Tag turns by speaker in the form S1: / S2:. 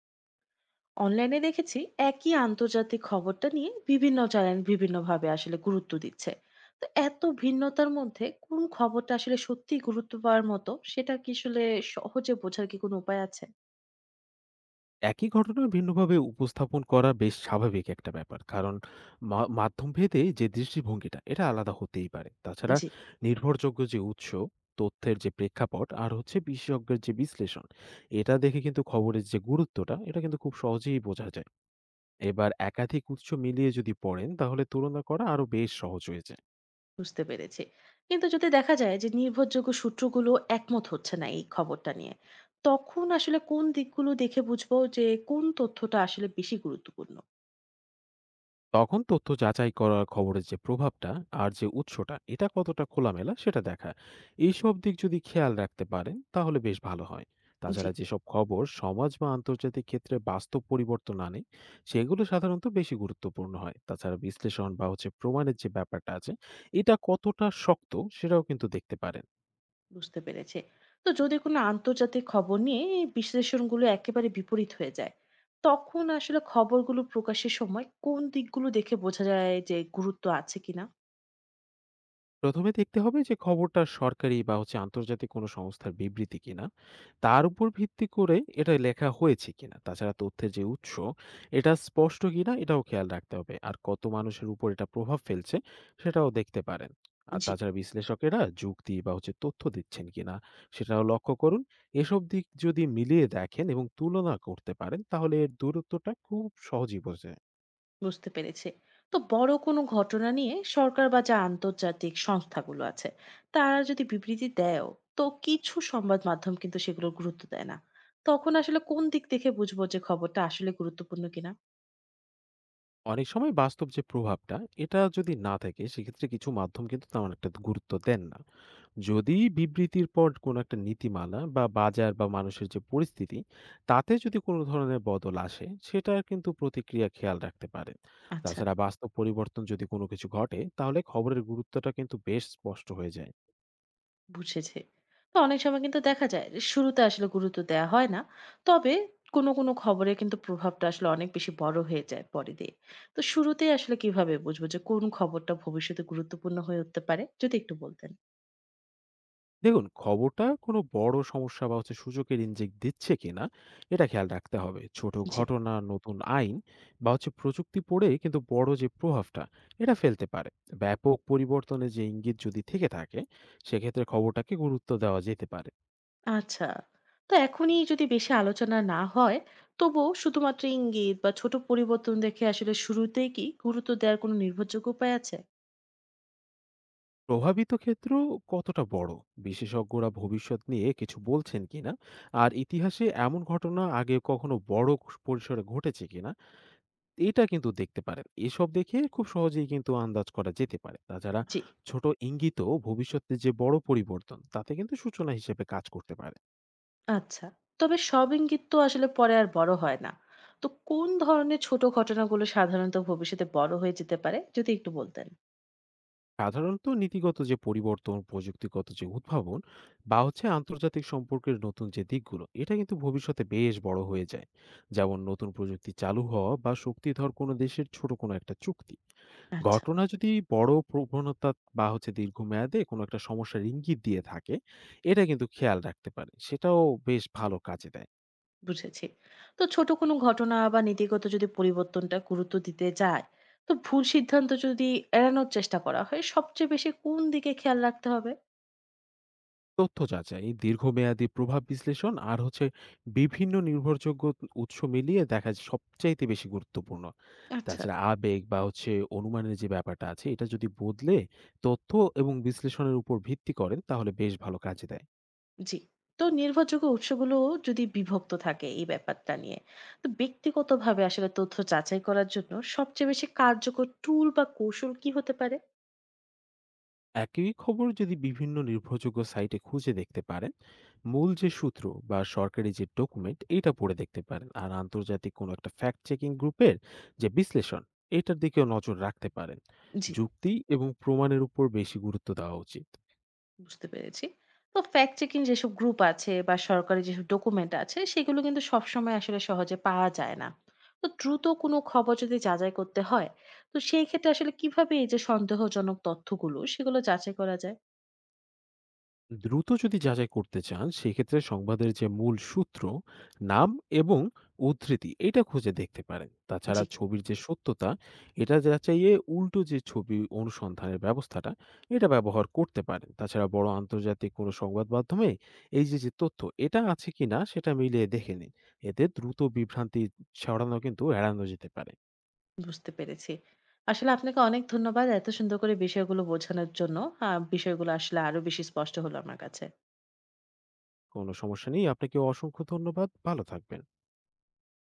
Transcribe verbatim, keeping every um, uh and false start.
S1: অনলাইনে দেখেছি, একই আন্তর্জাতিক খবরটা নিয়ে বিভিন্ন চ্যানেল বিভিন্নভাবে আসলে গুরুত্ব দিচ্ছে। তো এত ভিন্নতার মধ্যে কোন খবরটা আসলে সত্যি গুরুত্ব পাওয়ার মতো, সেটা কি আসলে সহজে বোঝার কি কোনো উপায় আছে?
S2: একই ঘটনা ভিন্নভাবে উপস্থাপন করা বেশ স্বাভাবিক একটা ব্যাপার। কারণ মা মাধ্যমভেদে যে দৃষ্টিভঙ্গিটা, এটা আলাদা হতেই পারে। তাছাড়া
S1: জি,
S2: নির্ভরযোগ্য যে উৎস, তথ্যের যে প্রেক্ষাপট আর হচ্ছে বিশেষজ্ঞের যে বিশ্লেষণ, এটা দেখে কিন্তু খবরের যে গুরুত্বটা, এটা কিন্তু খুব সহজেই বোঝা যায়। এবার একাধিক উৎস মিলিয়ে যদি পড়েন, তাহলে তুলনা করা আরো বেশ সহজ হয়ে যায়।
S1: বুঝতে পেরেছি। কিন্তু যদি দেখা যায় যে নির্ভরযোগ্য সূত্রগুলো একমত হচ্ছে না এই খবরটা নিয়ে, তখন আসলে কোন দিকগুলো দেখে বুঝবো যে কোন তথ্যটা আসলে বেশি গুরুত্বপূর্ণ?
S2: তখন তথ্য যাচাই করা খবরের যে প্রভাবটা আর যে উৎসটা এটা কতটা খোলামেলা সেটা দেখা, এইসব দিক যদি খেয়াল রাখতে পারেন তাহলে বেশ ভালো হয়।
S1: জি,
S2: তাছাড়া যেসব খবর সমাজ বা আন্তর্জাতিক ক্ষেত্রে বাস্তব পরিবর্তন আনে সেগুলো সাধারণত বেশি গুরুত্বপূর্ণ হয়। তাছাড়া বিশ্লেষণ বা হচ্ছে প্রমাণের যে ব্যাপারটা আছে, এটা কতটা শক্ত সেটাও কিন্তু দেখতে পারেন।
S1: বুঝতে পেরেছি। তো যদি কোনো আন্তর্জাতিক খবর নিয়ে এই বিশ্লেষণগুলো একেবারে বিপরীত হয়ে যায়, তখন আসলে খবরগুলো প্রকাশের সময় কোন দিকগুলো দেখে বোঝা যায় যে গুরুত্ব আছে কিনা?
S2: প্রথমে দেখতে হবে যে খবরটা সরকারি বা হচ্ছে আন্তর্জাতিক কোনো সংস্থার বিবৃতি কিনা, তার উপর ভিত্তি করে এটা লেখা হয়েছে কিনা। তাছাড়া তথ্যের যে উৎস, এটা স্পষ্ট কিনা এটাও খেয়াল রাখতে হবে। আর কত মানুষের উপর এটা প্রভাব ফেলছে সেটাও দেখতে পারেন। আর
S1: জি,
S2: তাছাড়া বিশ্লেষকেরা যুক্তি বা হচ্ছে তথ্য দিচ্ছেন কিনা সেটাও লক্ষ্য করুন। এসব দিক যদি মিলিয়ে দেখেন এবং তুলনা করতে পারেন তাহলে এর দূরত্বটা খুব সহজেই বোঝা যায়।
S1: বুঝতে পেরেছি। তো বড় কোনো ঘটনা নিয়ে সরকার বা যা আন্তর্জাতিক সংস্থাগুলো আছে, তারা যদি বিবৃতি দেয়ও, তো কিছু সংবাদ মাধ্যম কিন্তু সেগুলোর গুরুত্ব দেয় না। তখন আসলে কোন দিক দেখে বুঝবো যে খবরটা আসলে গুরুত্বপূর্ণ কিনা?
S2: অনেক সময় বাস্তব যে প্রভাবটা, এটা যদি না থাকে সেক্ষেত্রে কিছু মাধ্যম কিন্তু তেমন একটা গুরুত্ব দেন না। যদি বিবৃতির পর কোনো একটা নীতিমালা বা বাজার বা মানুষের যে পরিস্থিতি, তাতে যদি কোনো ধরনের বদল আসে সেটার কিন্তু প্রতিক্রিয়া খেয়াল রাখতে পারেন।
S1: আচ্ছা,
S2: তাছাড়া বাস্তব পরিবর্তন যদি কোনো কিছু ঘটে তাহলে খবরের গুরুত্বটা কিন্তু বেশ স্পষ্ট হয়ে যায়।
S1: বুঝেছি। তো অনেক সময় কিন্তু দেখা যায় যে শুরুতে আসলে গুরুত্ব দেয়া হয় না। তবে কোনো, কোনো খবরে কিন্তু প্রভাবটা আসলে অনেক বেশি বড় হয়ে যায় পরে দিয়ে। তো শুরুতেই আসলে কিভাবে বুঝবো যে কোন খবরটা ভবিষ্যতে গুরুত্বপূর্ণ হয়ে উঠতে পারে? যদি একটু বলতেন।
S2: দেখুন, খবরটা কোনো বড় সমস্যা বা হচ্ছে সুযোগের ইনজেক্ট দিচ্ছে কিনা এটা খেয়াল রাখতে হবে। ছোট
S1: জি,
S2: ঘটনা, নতুন আইন বা হচ্ছে প্রযুক্তি পড়ে কিন্তু বড় যে প্রভাবটা, এটা ফেলতে পারে। ব্যাপক পরিবর্তনের যে ইঙ্গিত যদি থেকে থাকে সেক্ষেত্রে খবরটাকে গুরুত্ব দেওয়া যেতে পারে।
S1: আচ্ছা। তো এখনই যদি বেশি আলোচনা না হয়, তবুও শুধুমাত্র ইঙ্গিত বা ছোট পরিবর্তন দেখে আসলে শুরুতেই কি গুরুত্ব দেওয়ার কোনো নির্ভরযোগ্য উপায় আছে?
S2: প্রভাবিত ক্ষেত্র কতটা বড়, বিশেষজ্ঞরা ভবিষ্যৎ নিয়ে কিছু বলছেন কিনা, আর ইতিহাসে এমন ঘটনা আগে কখনো বড় পরিসরে ঘটেছে কিনা এটা কিন্তু দেখতে পারেন। এসব দেখে খুব সহজেই কিন্তু আন্দাজ করা যেতে পারে। তাছাড়া
S1: জি,
S2: ছোট ইঙ্গিতও ভবিষ্যতে যে বড় পরিবর্তন, তাতে কিন্তু সূচনা হিসেবে কাজ করতে পারে।
S1: আচ্ছা। তবে সব ইঙ্গিত তো আসলে পরে আর বড় হয় না। তো কোন ধরনের ছোট ঘটনাগুলো সাধারণত ভবিষ্যতে বড় হয়ে যেতে পারে? যদি একটু বলতেন।
S2: সাধারণত নীতিগত যে পরিবর্তন, প্রযুক্তিগত যে উদ্ভাবন বা হচ্ছে আন্তর্জাতিক সম্পর্কের নতুন যে দিকগুলো, এটা কিন্তু ভবিষ্যতে বেশ বড় হয়ে যায়। যেমন নতুন প্রযুক্তি চালু হওয়া বা শক্তিধর কোনো দেশের ছোট কোনো একটা চুক্তি।
S1: আচ্ছা,
S2: ঘটনা যদি বড় প্রবণতা বা হচ্ছে দীর্ঘমেয়াদে কোনো একটা সমস্যার ইঙ্গিত দিয়ে থাকে, এটা কিন্তু খেয়াল রাখতে পারে, সেটাও বেশ ভালো কাজে দেয়।
S1: বুঝেছি। তো ছোট কোনো ঘটনা বা নীতিগত যদি পরিবর্তনটা গুরুত্ব দিতে যায়, তো ভুল সিদ্ধান্ত যদি এড়ানোর চেষ্টা করা হয়, সবচেয়ে বেশি কোন দিকে খেয়াল রাখতে হবে?
S2: তথ্য যাচাই, দীর্ঘমেয়াদী প্রভাব বিশ্লেষণ আর হচ্ছে বিভিন্ন নির্ভরযোগ্য উৎস মিলিয়ে দেখা যায় সবচাইতে বেশি গুরুত্বপূর্ণ।
S1: আচ্ছা,
S2: তাছাড়া আবেগ বা হচ্ছে অনুমানের যে ব্যাপারটা আছে, এটা যদি বদলে তথ্য এবং বিশ্লেষণের উপর ভিত্তি করেন তাহলে বেশ ভালো কাজে দেয়।
S1: জি। তো নির্ভরযোগ্য উৎসগুলো যদি বিভক্ত থাকে এই ব্যাপারটা নিয়ে, তো ব্যক্তিগতভাবে আসলে তথ্য যাচাই করার জন্য সবচেয়ে বেশি কার্যকর টুল বা কৌশল কি হতে পারে?
S2: একই খবর যদি বিভিন্ন নির্ভরযোগ্য সাইটে খুঁজে দেখতে পারেন, মূল যে সূত্র বা সরকারি যে ডকুমেন্ট এটা পড়ে দেখতে পারেন, আর আন্তর্জাতিক কোনো একটা ফ্যাক্ট চেকিং গ্রুপের যে বিশ্লেষণ, এটার দিকেও নজর রাখতে পারেন।
S1: জি,
S2: যুক্তি এবং প্রমাণের উপর বেশি গুরুত্ব দেওয়া উচিত।
S1: বুঝতে পেরেছি। তো ফ্যাক্ট চেকিং যেসব গ্রুপ আছে বা সরকারি যেসব ডকুমেন্ট আছে, সেগুলো কিন্তু সবসময় আসলে সহজে পাওয়া যায় না। তো দ্রুত কোনো খবর যদি যাচাই করতে হয়, তো সেই ক্ষেত্রে আসলে কিভাবে এই যে সন্দেহজনক তথ্যগুলো সেগুলো যাচাই করা যায়?
S2: দ্রুত যদি যাচাই করতে চান সেক্ষেত্রে সংবাদের যে মূল সূত্র, নাম এবং উদ্ধৃতি এটা খুঁজে দেখতে পারেন। তাছাড়া
S1: জি,
S2: ছবির যে সত্যতা, এটা যাচাইয়ে উল্টো যে ছবি অনুসন্ধানের ব্যবস্থাটা, এটা ব্যবহার করতে পারেন। তাছাড়া বড় আন্তর্জাতিক কোনো সংবাদ মাধ্যমে এই যে যে তথ্য, এটা আছে কিনা সেটা মিলিয়ে দেখে নিন। এতে দ্রুত বিভ্রান্তি ছড়ানো কিন্তু এড়ানো যেতে পারে।
S1: বুঝতে পেরেছি। আসলে আপনাকে অনেক ধন্যবাদ এত সুন্দর করে বিষয়গুলো বোঝানোর জন্য। আ বিষয়গুলো আসলে আরো বেশি স্পষ্ট হলো আমার কাছে।
S2: কোনো সমস্যা নেই, আপনাকে অসংখ্য ধন্যবাদ, ভালো থাকবেন।